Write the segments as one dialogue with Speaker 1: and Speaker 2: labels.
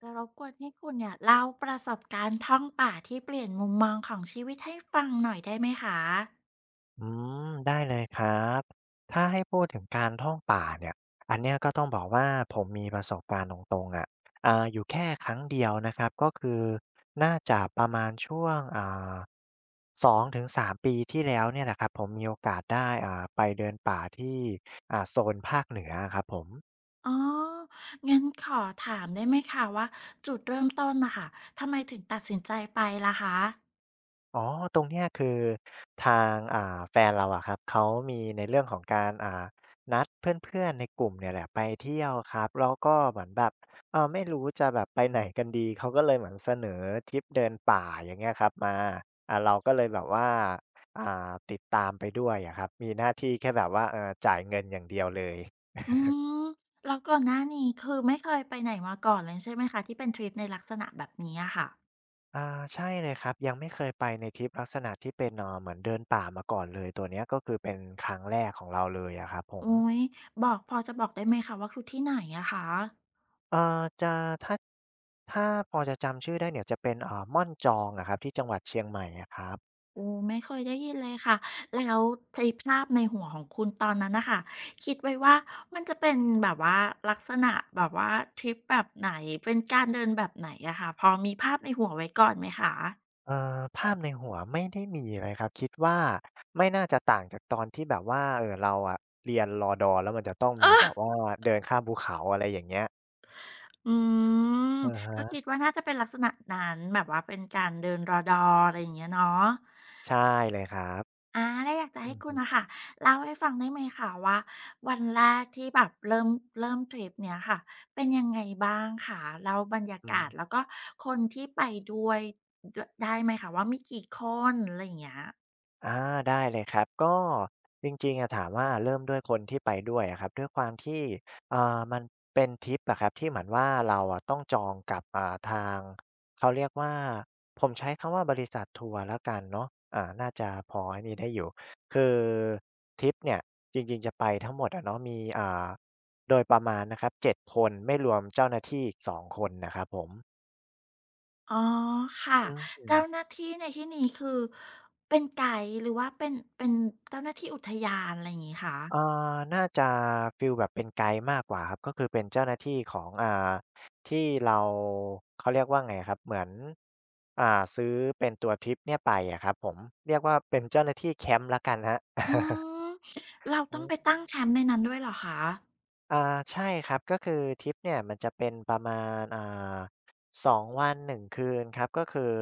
Speaker 1: จะรบกวนให้คุณเนี่ยเล่าประสบการณ์ท่องป่าที่เปลี่ยนมุมมองของชีวิตให้ฟังหน่อยได้ไหมคะ
Speaker 2: อืมได้เลยครับ ถ้าให้พูดถึงการท่องป่าเนี่ยอันเนี้ยก็ต้องบอกว่าผมมีประสบการณ์ตรงๆอะอยู่แค่ครั้งเดียวนะครับ ก็คือน่าจะประมาณช่วงา2-3ปีที่แล้วเนี่ยแหละครับผมมีโอกาสได้ไปเดินป่าที่โซนภาคเหนือครับผม
Speaker 1: อ๋องั้นขอถามได้ไหมคะว่าจุดเริ่มต้นน่ะค่ะทำไมถึงตัดสินใจไปล่ะคะ
Speaker 2: อ๋อตรงเนี้ยคือทางแฟนเราอะครับเขามีในเรื่องของการนัดเพื่อนๆในกลุ่มเนี่ยแหละไปเที่ยวครับแล้วก็เหมือนแบบเออไม่รู้จะแบบไปไหนกันดี เขาก็เลยเหมือนเสนอทริปเดินป่าอย่างเงี้ยครับมาเราก็เลยแบบว่าอ่าติดตามไปด้วยอะครับมีหน้าที่แค่แบบว่าจ่ายเงินอย่างเดียวเลย
Speaker 1: อืมแล้วก่อนหน้านี้คือไม่เคยไปไหนมาก่อนเลยใช่ไหมคะที่เป็นทริปในลักษณะแบบนี้อะค่ะ
Speaker 2: อาใช่เลยครับ ยังไม่เคยไปในทริปลักษณะที่เป็นเหมือนเดินป่ามาก่อนเลย ตัวเนี้ยก็คือเป็นครั้งแรกของเราเลยอะครับผม
Speaker 1: อุ๊ยบอกพอจะบอกได้ไหมคะว่าคือที่ไหนอะคะ
Speaker 2: เอ่อจะถ้าถ้าพอจะจำชื่อได้เนี่ยจะเป็นม่อนจองอะครับที่จังหวัดเชียงใหม่อะครับ
Speaker 1: โอ้ไม่เคยได้ยินเลยค่ะแล้วไอ้ภาพในหัวของคุณตอนนั้นน่ะค่ะคิดไว้ว่ามันจะเป็นแบบว่าลักษณะแบบว่าทริปแบบไหนเป็นการเดินแบบไหนอะค่ะพอมีภาพในหัวไว้ก่อนไหมคะ
Speaker 2: ภาพในหัวไม่ได้มีเลยครับคิดว่าไม่น่าจะต่างจากตอนที่แบบว่าเราอะเรียนรดแล้วมันจะต้อง
Speaker 1: เอ
Speaker 2: มีแบ
Speaker 1: อ
Speaker 2: บว่าเดินข้ามภูเขาอะไรอย่างเงี้ย
Speaker 1: อืม
Speaker 2: อะ
Speaker 1: ก็คิด
Speaker 2: ฮะ
Speaker 1: ว่าน่าจะเป็นลักษณะนั้นแบบว่าเป็นการเดินรดอะไรอย่างเงี้ยเนาะ
Speaker 2: ใช่เลยครับ
Speaker 1: อาแล้วอยากจะ
Speaker 2: อื
Speaker 1: ให้
Speaker 2: อ
Speaker 1: คุ
Speaker 2: ฮึ
Speaker 1: ณนะค่ะเล่าให้ฟังได้ไหมคะว่าวันแรกที่แบบเริ่มทริปเนี่ยค่ะเป็นยังไงบ้างค่ะแล้วบรรยา
Speaker 2: อื
Speaker 1: กาศแล้
Speaker 2: ม
Speaker 1: วก็คนที่ไปด้วยดวยได้ไหมคะว่ามีกี่คนอะไรอย่างเงี้ย
Speaker 2: อาได้เลยครับก็จริงๆอะถามว่าเริ่มด้วยคนที่ไปด้วยอะครับด้วยความที่มันเป็นทริปอะครับที่เหมือนว่าเราอะต้องจองกับทางเขาเรียกว่าผมใช้คำว่าบริษัททัวร์แล้วกันเนาะน่าจะพอไอ้นี่ได้อยู่คือทริปเนี่ยจริงๆจะไปทั้งหมดอะเนาะมีโดยประมาณนะครับ7คนไม่รวมเจ้าหน้าที่อีก2คนนะครับผม
Speaker 1: อ๋อค่ะ
Speaker 2: อื
Speaker 1: เจ้า
Speaker 2: ม
Speaker 1: หน้าที่ในที่นี้คือเป็นไกด์หรือว่าเป็นเจ้าหน้าที่อุทยานอะไรอย่างงี้คะ
Speaker 2: เอ่อน่าจะฟีลแบบเป็นไกด์มากกว่าครับก็คือเป็นเจ้าหน้าที่ของที่เราเขาเรียกว่าไงอะครับเหมือนอ่าซื้อเป็นตัวทริปเนี่ยไปอะครับผมเรียกว่าเป็นเจ้าหน้าที่แคมป์แล้วกันครับ
Speaker 1: อืมเราต้องไป ตั้งแคมป์ในนั้นด้วยเหรอคะ
Speaker 2: อ่าใช่ครับก็คือทริปเนี่ยมันจะเป็นประมาณ2วัน1คืนครับก็คือ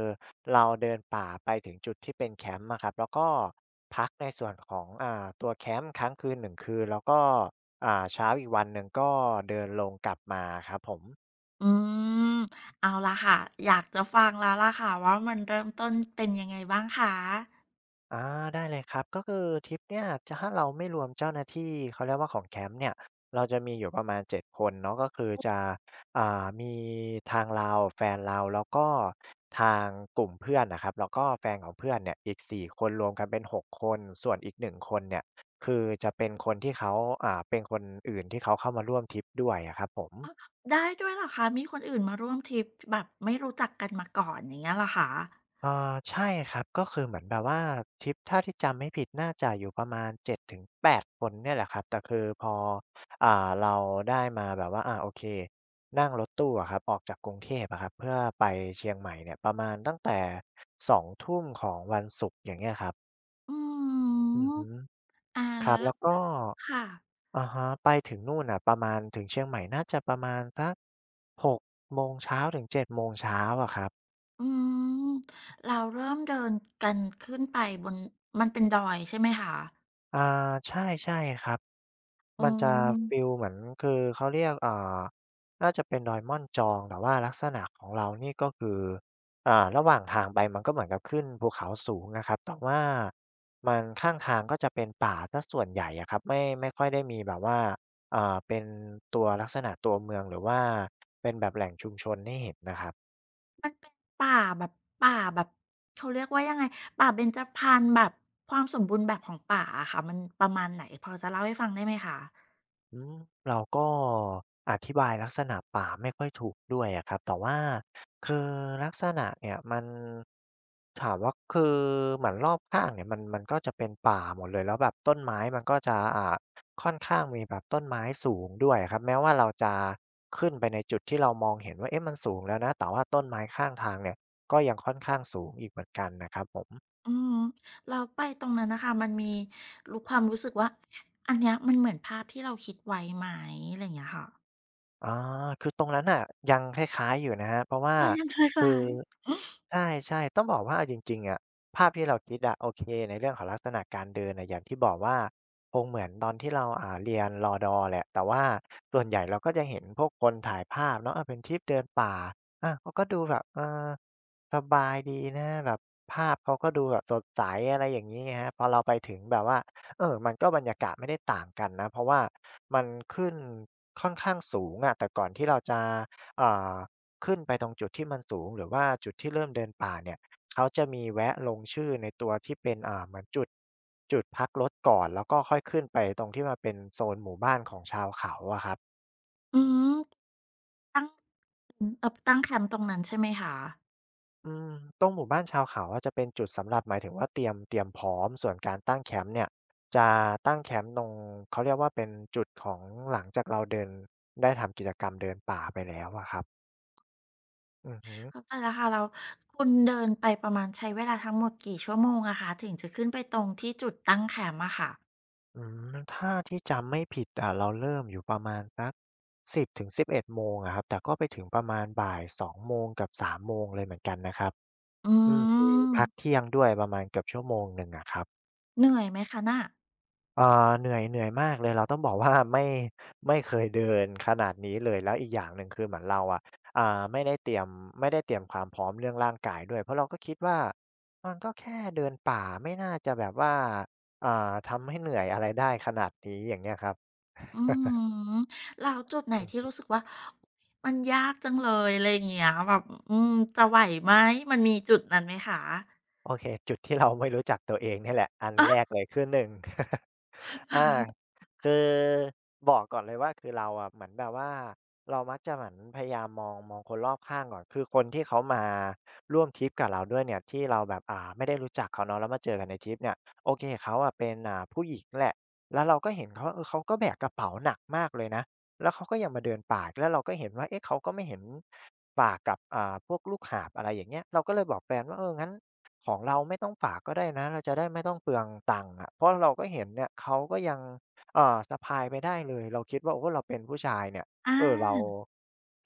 Speaker 2: เราเดินป่าไปถึงจุดที่เป็นแคมป์อะครับแล้วก็พักในส่วนของตัวแคมป์ครั้างคืน1คืนแล้วก็เช้าอีกวันหนึ่งก็เดินลงกลับมาครับผม
Speaker 1: อืมเอาล่ะค่ะ อยากจะฟังแล้วล่ะค่ะว่ามันเริ่มต้นเป็นยังไงบ้างคะ
Speaker 2: อาได้เลยครับก็คือทริปเนี่ยถ้าเราไม่รวมเจ้าหน้าที่เขาเรียกว่าของแคมป์เนี่ยเราจะมีอยู่ประมาณ7คนเนาะก็คือจะมีทางเราแฟนเราแล้วก็ทางกลุ่มเพื่อนน่ะครับแล้วก็แฟนของเพื่อนเนี่ยอีก4คนรวมกันเป็น6คนส่วนอีก1คนเนี่ยคือจะเป็นคนที่เขาเป็นคนอื่นที่เขาเข้ามาร่วมทริปด้วยอะครับผม
Speaker 1: ได้ด้วยเหรอคะมีคนอื่นมาร่วมทริปแบบไม่รู้จักกันมาก่อนอย่างเงี้ยเหรอคะ
Speaker 2: ใช่ครับก็คือเหมือนแบบว่าทริปถ้าที่จำไม่ผิดน่าจะอยู่ประมาณ7-8คนเนี่ยแหละครับแต่คือพออ่าเราได้มาแบบว่าอาโอเคนั่งรถตู้อะครับออกจากกรุงเทพอะครับเพื่อไปเชียงใหม่เนี่ยประมาณตั้งแต่2ุ่มของวันศุกร์อย่างเงี้ยครับ
Speaker 1: อื
Speaker 2: อือ
Speaker 1: ม
Speaker 2: ฮึค
Speaker 1: แล้
Speaker 2: รั
Speaker 1: ว
Speaker 2: บแล้วก็
Speaker 1: ค่ะ
Speaker 2: อะฮะไปถึงนู่นน่ะประมาณถึงเชียงใหม่น่าจะประมาณสัก6โมงเช้าถึง7โมงเช้าอะครับ
Speaker 1: อืมเราเริ่มเดินกันขึ้นไปบนมันเป็นดอยใช่ไหมคะ
Speaker 2: อาใช่ๆครับ
Speaker 1: อื
Speaker 2: มันจะฟี
Speaker 1: ม
Speaker 2: ลเหมือนคือเขาเรียกน่าจะเป็นดอยม่อนจองแต่ว่าลักษณะของเรานี่ก็คือระหว่างทางไปมันก็เหมือนกับขึ้นภูเขาสูงนะครับแต่ว่ามันข้างทางก็จะเป็นป่าเสียส่วนใหญ่อะครับไม่ค่อยได้มีแบบว่าเป็นตัวลักษณะตัวเมืองหรือว่าเป็นแบบแหล่งชุมชนให้เห็นนะครับ
Speaker 1: มันเป็นป่าแบบป่าแบบเขาเรียกว่ายังไงป่าเบญจพรรณแบบความสมบูรณ์แบบของป่าอะค่ะ มันประมาณไหนพอจะเล่าให้ฟังได้ไหมคะ
Speaker 2: อืมเราก็อธิบายลักษณะป่าไม่ค่อยถูกด้วยอะครับแต่ว่าคือลักษณะเนี่ยมันถามว่าคือเหมือนรอบข้างเนี่ยมันก็จะเป็นป่าหมดเลยแล้วแบบต้นไม้มันก็จะค่อนข้างมีแบบต้นไม้สูงด้วยอะครับแม้ว่าเราจะขึ้นไปในจุดที่เรามองเห็นว่าเอ๊ะมันสูงแล้วนะแต่ว่าต้นไม้ข้างทางเนี่ยก็ยังค่อนข้างสูงอีกเหมือนกันนะครับผม
Speaker 1: อือแล้วไปตรงนั้นนะคะมันมีรู้ความรู้สึกว่าอันเนี้ยมันเหมือนภาพที่เราคิดไว้ไหมอะไรอย่างเงี้ยค่ะ
Speaker 2: อาคือตรงนั้นน่ะยังคล้ายๆอยู่นะครับเพราะว่า
Speaker 1: มันยังคล
Speaker 2: คือ
Speaker 1: ้าย
Speaker 2: ใช่ๆต้องบอกว่าเอาจริงๆอะภาพที่เราคิดอะโอเคในเรื่องของลักษณะการเดินอะอย่างที่บอกว่าคงเหมือนตอนที่เราเรียนรดแหละแต่ว่าส่วนใหญ่เราก็จะเห็นพวกคนถ่ายภาพเนาะเป็นทริปเดินป่าเขาก็ดูแบบสบายดีนะแบบภาพเขาก็ดูแบบสดใสอะไรอย่างงี้ไงครับพอเราไปถึงแบบว่า มันก็บรรยากาศไม่ได้ต่างกันนะเพราะว่ามันขึ้นค่อนข้างสูงอะแต่ก่อนที่เราจะอ่าขึ้นไปตรงจุดที่มันสูงหรือว่าจุดที่เริ่มเดินป่าเนี่ยเขาจะมีแวะลงชื่อในตัวที่เป็นเหมือนจุดพักรถก่อนแล้วก็ค่อยขึ้นไปตรงที่มันเป็นโซนหมู่บ้านของชาวเขาอะครับ
Speaker 1: ๆอืมตั้งตั้งแคมป์ตรงนั้นใช่ไหมคะ
Speaker 2: อืมตรงหมู่บ้านชาวเขาอะจะเป็นจุดสำหรับหมายถึงว่าเตรียมพร้อมส่วนการตั้งแคมป์เนี่ยจะตั้งแคมป์ตรงเขาเรียกว่าเป็นจุดของหลังจากเราเดินได้ทำกิจกรรมเดินป่าไปแล้วอะครับอือฮึ
Speaker 1: เข้า
Speaker 2: อ
Speaker 1: ใจแล้วค่ะเราคุณเดินไปประมาณใช้เวลาทั้งหมดกี่ชั่วโมงอะคะถึงจะขึ้นไปตรงที่จุดตั้งแคมป์อะค่ะ
Speaker 2: อืมถ้าที่จำไม่ผิดอะเราเริ่มอยู่ประมาณสักสิบถึงสิบเ0 1ดโมงอะครับแต่ก็ไปถึงประมาณบ่ายสองโมงกับสามโมงเลยเหมือนกันนะครับ
Speaker 1: อื
Speaker 2: อืมมีพัก
Speaker 1: ม
Speaker 2: เที่ยงด้วยประมาณเกือบชั่วโมงหนึ่งอะครับ
Speaker 1: เหนื่อยไหมคะน่ะ
Speaker 2: เอ่าเหนื่อยมากเลยเราต้องบอกว่า ไม่เคยเดินขนาดนี้เลยแล้วอีกอย่างหนึ่งคือเหมือนเราอะอ่าไม่ได้เตรียมไม่ได้เตรียมความพร้อมเรื่องร่างกายด้วยเพราะเราก็คิดว่ามันก็แค่เดินป่าไม่น่าจะแบบว่าอ่าทำให้เหนื่อยอะไรได้ขนาดนี้อย่างเงี้ยครับ
Speaker 1: อืมเรแล้วจุดไหนที่
Speaker 2: อืม
Speaker 1: รู้สึกว่ามันยากจังเลยอะไรอย่างเงี้ยแบบอืมจะไหวไหมมันมีจุดนั้นไหมคะ
Speaker 2: โอเค จุดที่เราไม่รู้จักตัวเองเนี่ยแหละ อันแรกเลยคือหนึ่ง อา คือบอกก่อนเลยว่าคือเราอะเหมือนแบบว่าเรามักจะเหมือนพยายามมองคนรอบข้างก่อนคือคนที่เขามาร่วมทริปกับเราด้วยเนี่ยที่เราแบบไม่ได้รู้จักเขาเนาะแล้วมาเจอกันในทริปเนี่ยโอเคเขาอะเป็นผู้หญิงแหละ แล้วเราก็เห็นเขาว่าเออเขาก็แบกกระเป๋าหนักมากเลยนะ แล้วเขาก็ยังมาเดินป่าแล้วเราก็เห็นว่าเอ๊ะเขาก็ไม่เห็นป่ากับพวกลูกหาบอะไรอย่างเงี้ยเราก็เลยบอกแฟนว่าเอองั้น ของเราไม่ต้องฝากก็ได้นะเราจะได้ไม่ต้องเปลืองตังค์อะเพราะเราก็เห็นเนี่ยเขาก็ยังสะพายไปได้เลยเราคิดว่าโอ้เราเป็นผู้ชายเนี่ย
Speaker 1: อา
Speaker 2: เรา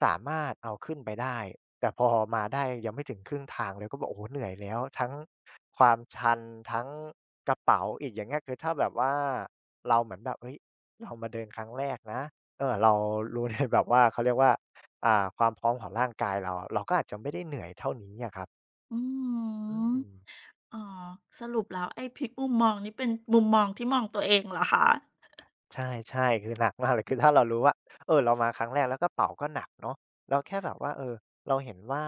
Speaker 2: สามารถเอาขึ้นไปได้แต่พอมาได้ยังไม่ถึงครึ่งทางเลยก็บอกโอ้โฮเหนื่อยแล้วทั้งความชันทั้งกระเป๋าอีกอย่างเงี้ยคือถ้าแบบว่าเราเหมือนแบบเฮ้ยเรามาเดินครั้งแรกนะเรารู้ในแบบว่าเขาเรียกว่าความพร้อมของร่างกายเราเราก็อาจจะไม่ได้เหนื่อยเท่านี้อะครับ
Speaker 1: อือ
Speaker 2: อื
Speaker 1: ืม
Speaker 2: ม
Speaker 1: อ๋อสรุปแล้วไอ้พลิกมุมมองนี่เป็นมุมมองที่มองตัวเองเหรอคะ
Speaker 2: ใช่ใช่คือหนักมากเลยคือถ้าเรารู้ว่าเรามาครั้งแรกแล้วกระเป๋าก็หนักเนาะเราแค่แบบว่าเราเห็นว่า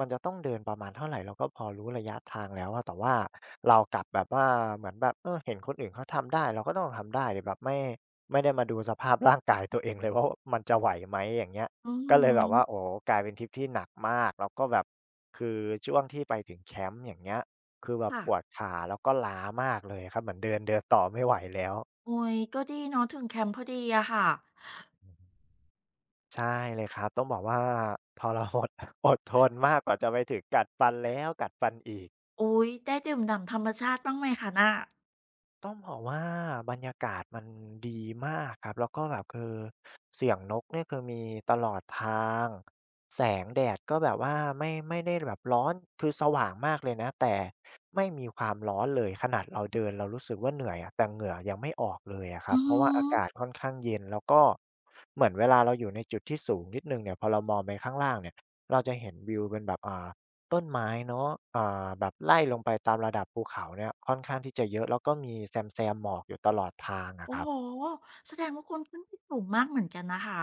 Speaker 2: มันจะต้องเดินประมาณเท่าไรเราก็พอรู้ระยะทางแล้วอะแต่ว่าเรากลับแบบว่าเหมือนแบบเห็นคนอื่นเขาทำได้เราก็ต้องทำได้แต่แบบไม่ได้มาดูสภาพร่างกายตัวเองเลยว่ามันจะไหวไหมอย่างเงี้ย
Speaker 1: อือ
Speaker 2: ก็เล
Speaker 1: ฮึ
Speaker 2: ยแบบว่าโอ้โฮกลายเป็นทริปที่หนักมากแล้วก็แบบคือช่วงที่ไปถึงแคมป์อย่างเงี้ยคือแบบ
Speaker 1: ค่ะ
Speaker 2: ปวดขาแล้วก็ล้ามากเลยครับเหมือนเดินเดินต่อไม่ไหวแล้ว
Speaker 1: อุ๊ยก็ดีเนาะถึงแคมป์พอดีอะค่ะ
Speaker 2: ใช่เลยครับต้องบอกว่าพอเรา อดทนมากกว่าจะไปถึงกัดฟันแล้วกัดฟันอีก
Speaker 1: อุ๊ยได้ดื่มด่ำธรรมชาติบ้างไหมคะน่ะ
Speaker 2: ต้องบอกว่าบรรยากาศมันดีมากครับ แล้วก็แบบคือเสียงนกเนี่ยคือมีตลอดทาง แสงแดดก็แบบว่าไม่ได้แบบร้อน คือสว่างมากเลยนะ แต่ไม่มีความร้อนเลยขนาดเราเดินเรารู้สึกว่าเหนื่อยอะแต่เหงื่อยังไม่ออกเลยอะครั
Speaker 1: อื
Speaker 2: บ
Speaker 1: อ
Speaker 2: เพ
Speaker 1: ฮ
Speaker 2: ราะว่าอากาศ
Speaker 1: ึ
Speaker 2: ค่อนข้างเย็น แล้วก็เหมือนเวลาเราอยู่ในจุดที่สูงนิดหนึ่งเนี่ยพอเรามองไปข้างล่างเนี่ยเราจะเห็นวิวเป็นแบบต้นไม้เนาะแบบไล่ลงไปตามระดับภูเขาเนี่ยค่อนข้างที่จะเยอะ แล้วก็มีแซมหมอกอยู่ตลอดทางอะ
Speaker 1: โอ้
Speaker 2: ครั
Speaker 1: โ
Speaker 2: บ
Speaker 1: ฮแสดงว่าคุณขึ้นไปสูงมากเหมือนกันนะคะ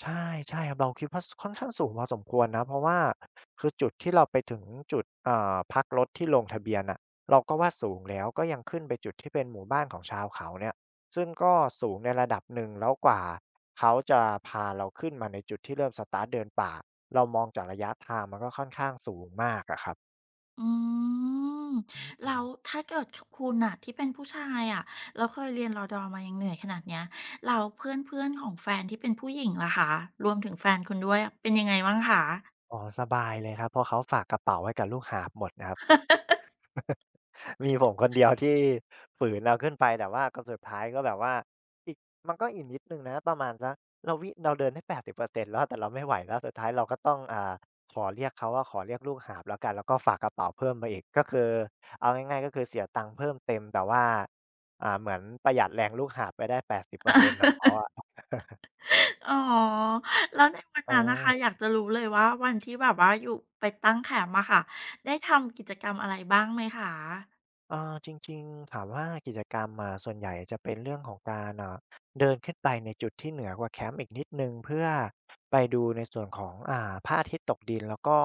Speaker 2: ใช่ ใช่ครับเราคิดว่าค่อนข้างสูงพอสมควรนะเพราะว่าคือจุดที่เราไปถึงจุดพักรถที่ลงทะเบียนอ่ะเราก็ว่าสูงแล้วก็ยังขึ้นไปจุดที่เป็นหมู่บ้านของชาวเขาเนี่ยซึ่งก็สูงในระดับหนึ่งแล้วกว่าเขาจะพาเราขึ้นมาในจุดที่เริ่มสตาร์ตเดินป่าเรามองจากระยะทางมันก็ค่อนข้างสูงมากอะครับ
Speaker 1: อืม
Speaker 2: อื
Speaker 1: แล้
Speaker 2: ม
Speaker 1: วถ้าเกิดคุณน่ะที่เป็นผู้ชายอะแล้วเคยเรียนรอดอมายังเหนื่อยขนาดเนี้ยแล้วเพื่อนๆของแฟนที่เป็นผู้หญิงล่ะคะรวมถึงแฟนคุณด้วยเป็นยังไงบ้างคะ
Speaker 2: อ๋อสบายเลยครับเพราะเขาฝากกระเป๋าไว้กับลูกหาบหมดนะครับ มีผมคนเดียวที่ฝืนเราขึ้นไปแต่ว่าก็สุดท้ายก็แบบว่าอีกมันก็อีกนิดนึงนะประมาณสักเราเดินได้80%แล้วแต่เราไม่ไหวแล้วสุดท้ายเราก็ต้องขอเรียกเขาว่าขอเรียกลูกหาบแล้วกันแล้วก็ฝากกระเป๋าเพิ่มมาอีกก็คือเอาง่ายๆก็คือเสียตังค์เพิ่มเต็มแต่ว่าเหมือนประหยัดแรงลูกหาบไปได้แปดสิบเปอร์เซ็นต์ของเขาอะ
Speaker 1: อ๋อแล้วในวันนั้นน่ะค่ะ
Speaker 2: เ
Speaker 1: อยากจะรู้เลยว่าวันที่แบบว่าอยู่ไปตั้งแคมป์อะค่ะได้ทำกิจกรรมอะไรบ้างไหมคะ
Speaker 2: อาจริงๆถามว่ากิจกรรมอะส่วนใหญ่จะเป็นเรื่องของการอ่ะเดินขึ้นไปในจุดที่เหนือกว่าแคมป์อีกนิดหนึ่งเพื่อไปดูในส่วนของพระอาทิตย์ตกดินแล้วก็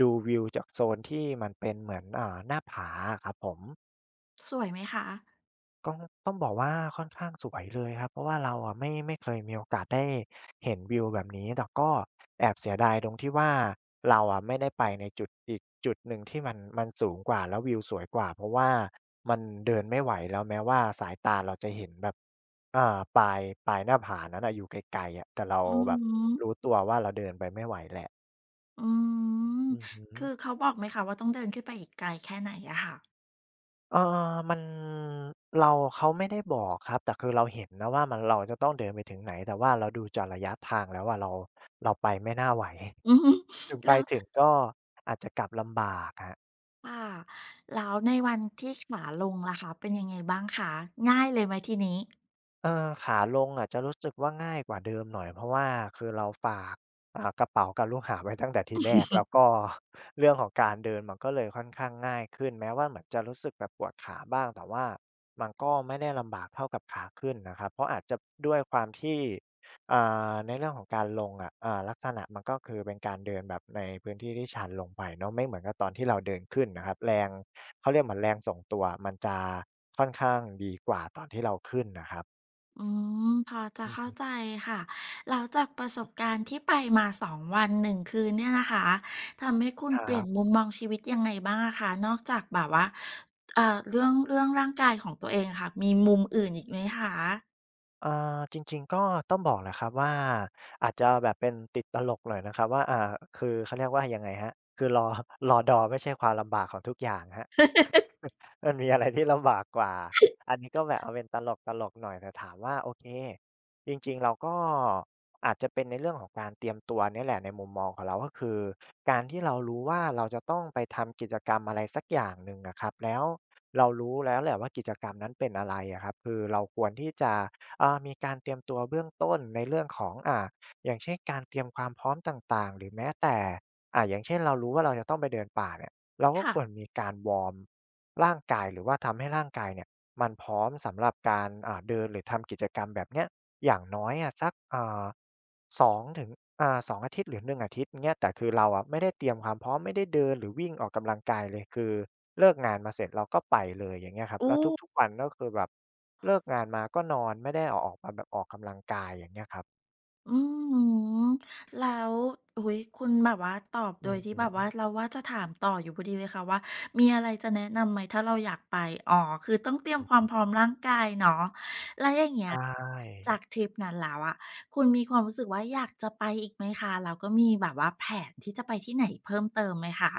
Speaker 2: ดูวิวจากโซนที่มันเป็นเหมือนหน้าผาครับผม
Speaker 1: สวยไหมคะ
Speaker 2: ก็ต้องบอกว่าค่อนข้างสวยเลยครับเพราะว่าเราอะไม่เคยมีโอกาสได้เห็นวิวแบบนี้แต่ก็แอบเสียดายตรงที่ว่าเราอะไม่ได้ไปในจุดอีกจุดหนึ่งที่มันสูงกว่าแล้ววิวสวยกว่าเพราะว่ามันเดินไม่ไหวแล้วแม้ว่าสายตาเราจะเห็นแบบอ่าปลายปลายหน้าผานั้นอะอยู่ไกลๆอะแต่เรา
Speaker 1: อื
Speaker 2: แบ
Speaker 1: อ
Speaker 2: บ
Speaker 1: ฮึ
Speaker 2: รู้ตัวว่าเราเดินไปไม่ไหวแหละ
Speaker 1: อืม
Speaker 2: อือฮึ
Speaker 1: คือเขาบอกไหมคะว่าต้องเดินขึ้นไปอีกไกลแค่ไหนอะค่ะ
Speaker 2: เออมันเราเขาไม่ได้บอกครับ แต่คือเราเห็นนะว่ามันเราจะต้องเดินไปถึงไหน แต่ว่าเราดูจากระยะทางแล้วว่าเราไปไม่น่าไหว
Speaker 1: อือฮึ
Speaker 2: ถึง ไป
Speaker 1: แล้ว
Speaker 2: ถึงก็อาจจะกลับลำบากฮะ
Speaker 1: ค่ะแล้วในวันที่ขาลงล่ะคะเป็นยังไงบ้างคะง่ายเลยไหมทีนี้
Speaker 2: เออขาลงอะจะรู้สึกว่าง่ายกว่าเดิมหน่อยเพราะว่าคือเราฝากกระเป๋ากับลูกหาบไว้ตั้งแต่ทีแรกแล้วก็ เรื่องของการเดินมันก็เลยค่อนข้างง่ายขึ้นแม้ว่าเหมือนจะรู้สึกแบบปวดขาบ้างแต่ว่ามันก็ไม่ได้ลำบากเท่ากับขาขึ้นนะครับเพราะอาจจะด้วยความที่อ่ในเรื่องของการลงอะลักษณะมันก็คือเป็นการเดินแบบในพื้นที่ที่ชันลงไปเนาะไม่เหมือนกับตอนที่เราเดินขึ้นนะครับแรงเขาเรียกเหมือนแรงส่งตัวมันจะค่อนข้างดีกว่าตอนที่เราขึ้นนะครับ
Speaker 1: อืมพอจะ
Speaker 2: อื
Speaker 1: เข้า
Speaker 2: ม
Speaker 1: ใจค่ะแล้วจากประสบการณ์ที่ไปมา2วัน1คืนเนี่ยนะคะทำให้คุณ
Speaker 2: ครั
Speaker 1: เปลี่ยนมุ
Speaker 2: บ
Speaker 1: มมองชีวิตยังไงบ้างอะคะนอกจากแบบว่าเรื่องเรื่องร่างกายของตัวเองอะค่ะมีมุมอื่นอีกไหมคะ
Speaker 2: อ่าจริงๆก็ต้องบอกแหละครับว่าอาจจะแบบเป็นติดตลกหน่อยนะครับว่าคือเขาเรียกว่ายังไงครับคือรอ รอดอไม่ใช่ความลำบากของทุกอย่างครับ มันมีอะไรที่ลำบากกว่า อันนี้ก็แบบเอาเป็นตลกตลกหน่อยแต่ถามว่าโอเคจริงๆเราก็อาจจะเป็นในเรื่องของการเตรียมตัวเนี่ยแหละในมุมมองของเราก็คือการที่เรารู้ว่าเราจะต้องไปทำกิจกรรมอะไรสักอย่างหนึ่งอะครับแล้วเรารู้แล้วแหละว่ากิจกรรมนั้นเป็นอะไรอะครับคือเราควรที่จะมีการเตรียมตัวเบื้องต้นในเรื่องของอ่าอย่างเช่นการเตรียมความพร้อมต่างๆหรือแม้แต่อย่างเช่นเรารู้ว่าเราจะต้องไปเดินป่าเนี่ยเราก็ค
Speaker 1: ค่ะ
Speaker 2: วรมีการวอร์ม ร่างกายหรือว่าทำให้ร่างกายเนี่ยมันพร้อมสำหรับการเดินหรือทำกิจกรรมแบบเนี้ยอย่างน้อยอะสักสองถึงสองอาทิตย์หรือหนึ่งอาทิตย์เงี้ยแต่คือเราอะไม่ได้เตรียมความพร้อมไม่ได้เดินหรือวิ่งออกกำลังกายเลยคือเลิกงานมาเสร็จเราก็ไปเลยอย่างเงี้ยครับ
Speaker 1: โอ้
Speaker 2: แล้วทุกๆวันก็คือแบบเลิกงานมาก็นอนไม่ได้เอาออกมาแบบออกกำลังกายอย่างเงี้ยครับ
Speaker 1: อืมอแล้วอุ๊ยคุณแบบว่าตอบ
Speaker 2: อื
Speaker 1: โด
Speaker 2: อ
Speaker 1: ย
Speaker 2: ฮ
Speaker 1: ที่แบบ
Speaker 2: ึ
Speaker 1: ว่าเราว่าจะถามต่ออยู่พอดีเลยค่ะว่ามีอะไรจะแนะนำไหมถ้าเราอยากไปอ๋อคือต้องเตรียม
Speaker 2: อ
Speaker 1: ควา
Speaker 2: ื
Speaker 1: ม
Speaker 2: อ
Speaker 1: พร้อมร่างกายเนาะ
Speaker 2: ใช่
Speaker 1: จากทริปนั้นแล้วอะคุณมีความรู้สึกว่าอยากจะไปอีกไหมคะแล้วก็มีแบบว่าแผนที่จะไปที่ไหนเพิ่มเติมไหมคะ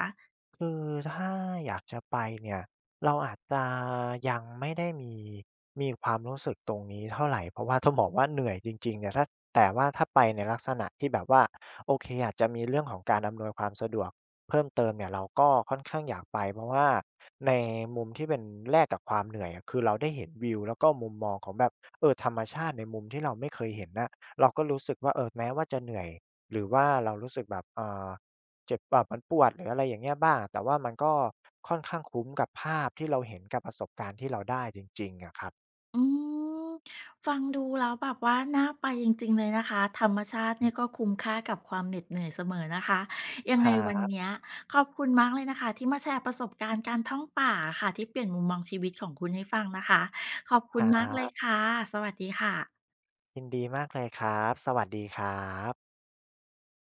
Speaker 2: คือถ้าอยากจะไปเนี่ยเราอาจจะยังไม่ได้มีความรู้สึกตรงนี้เท่าไรเพราะว่าต้องบอกว่าเหนื่อยจริงๆเนี่ยถ้าแต่ว่าถ้าไปในลักษณะที่แบบว่าโอเคอาจจะมีเรื่องของการอำนวยความสะดวกเพิ่มเติมเนี่ยเราก็ค่อนข้างอยากไปเพราะว่าในมุมที่เป็นแลกกับความเหนื่อยอะคือเราได้เห็นวิวแล้วก็มุมมองของแบบเออธรรมชาติในมุมที่เราไม่เคยเห็นน่ะเราก็รู้สึกว่าเออแม้ว่าจะเหนื่อยหรือว่าเรารู้สึกแบบเจ็บแบบมันปวดหรืออะไรอย่างเงี้ยบ้างแต่ว่ามันก็ค่อนข้างคุ้มกับภาพที่เราเห็นกับประสบการณ์ที่เราได้จริงๆอะครับ
Speaker 1: อืมฟังดูแล้วแบบว่าน่าไปจริงๆเลยนะคะธรรมชาติ
Speaker 2: อื
Speaker 1: เนี่ยก็
Speaker 2: ม
Speaker 1: คุ้มค่ากับความเหน็ดเหนื่อยเสมอนะคะยั
Speaker 2: ค
Speaker 1: งไง
Speaker 2: รั
Speaker 1: วันเนี้
Speaker 2: บ
Speaker 1: ยขอบคุณมากเลยนะคะที่มาแชร์ประสบการณ์การท่องป่าค่ะที่เปลี่ยนมุมมองชีวิตของคุณให้ฟังนะคะขอบ
Speaker 2: ค
Speaker 1: คุณ
Speaker 2: รั
Speaker 1: มากเลย
Speaker 2: บ
Speaker 1: ค่ะสวัสดีค่ะ
Speaker 2: ยินดีมากเลยครับสวัสดีครับ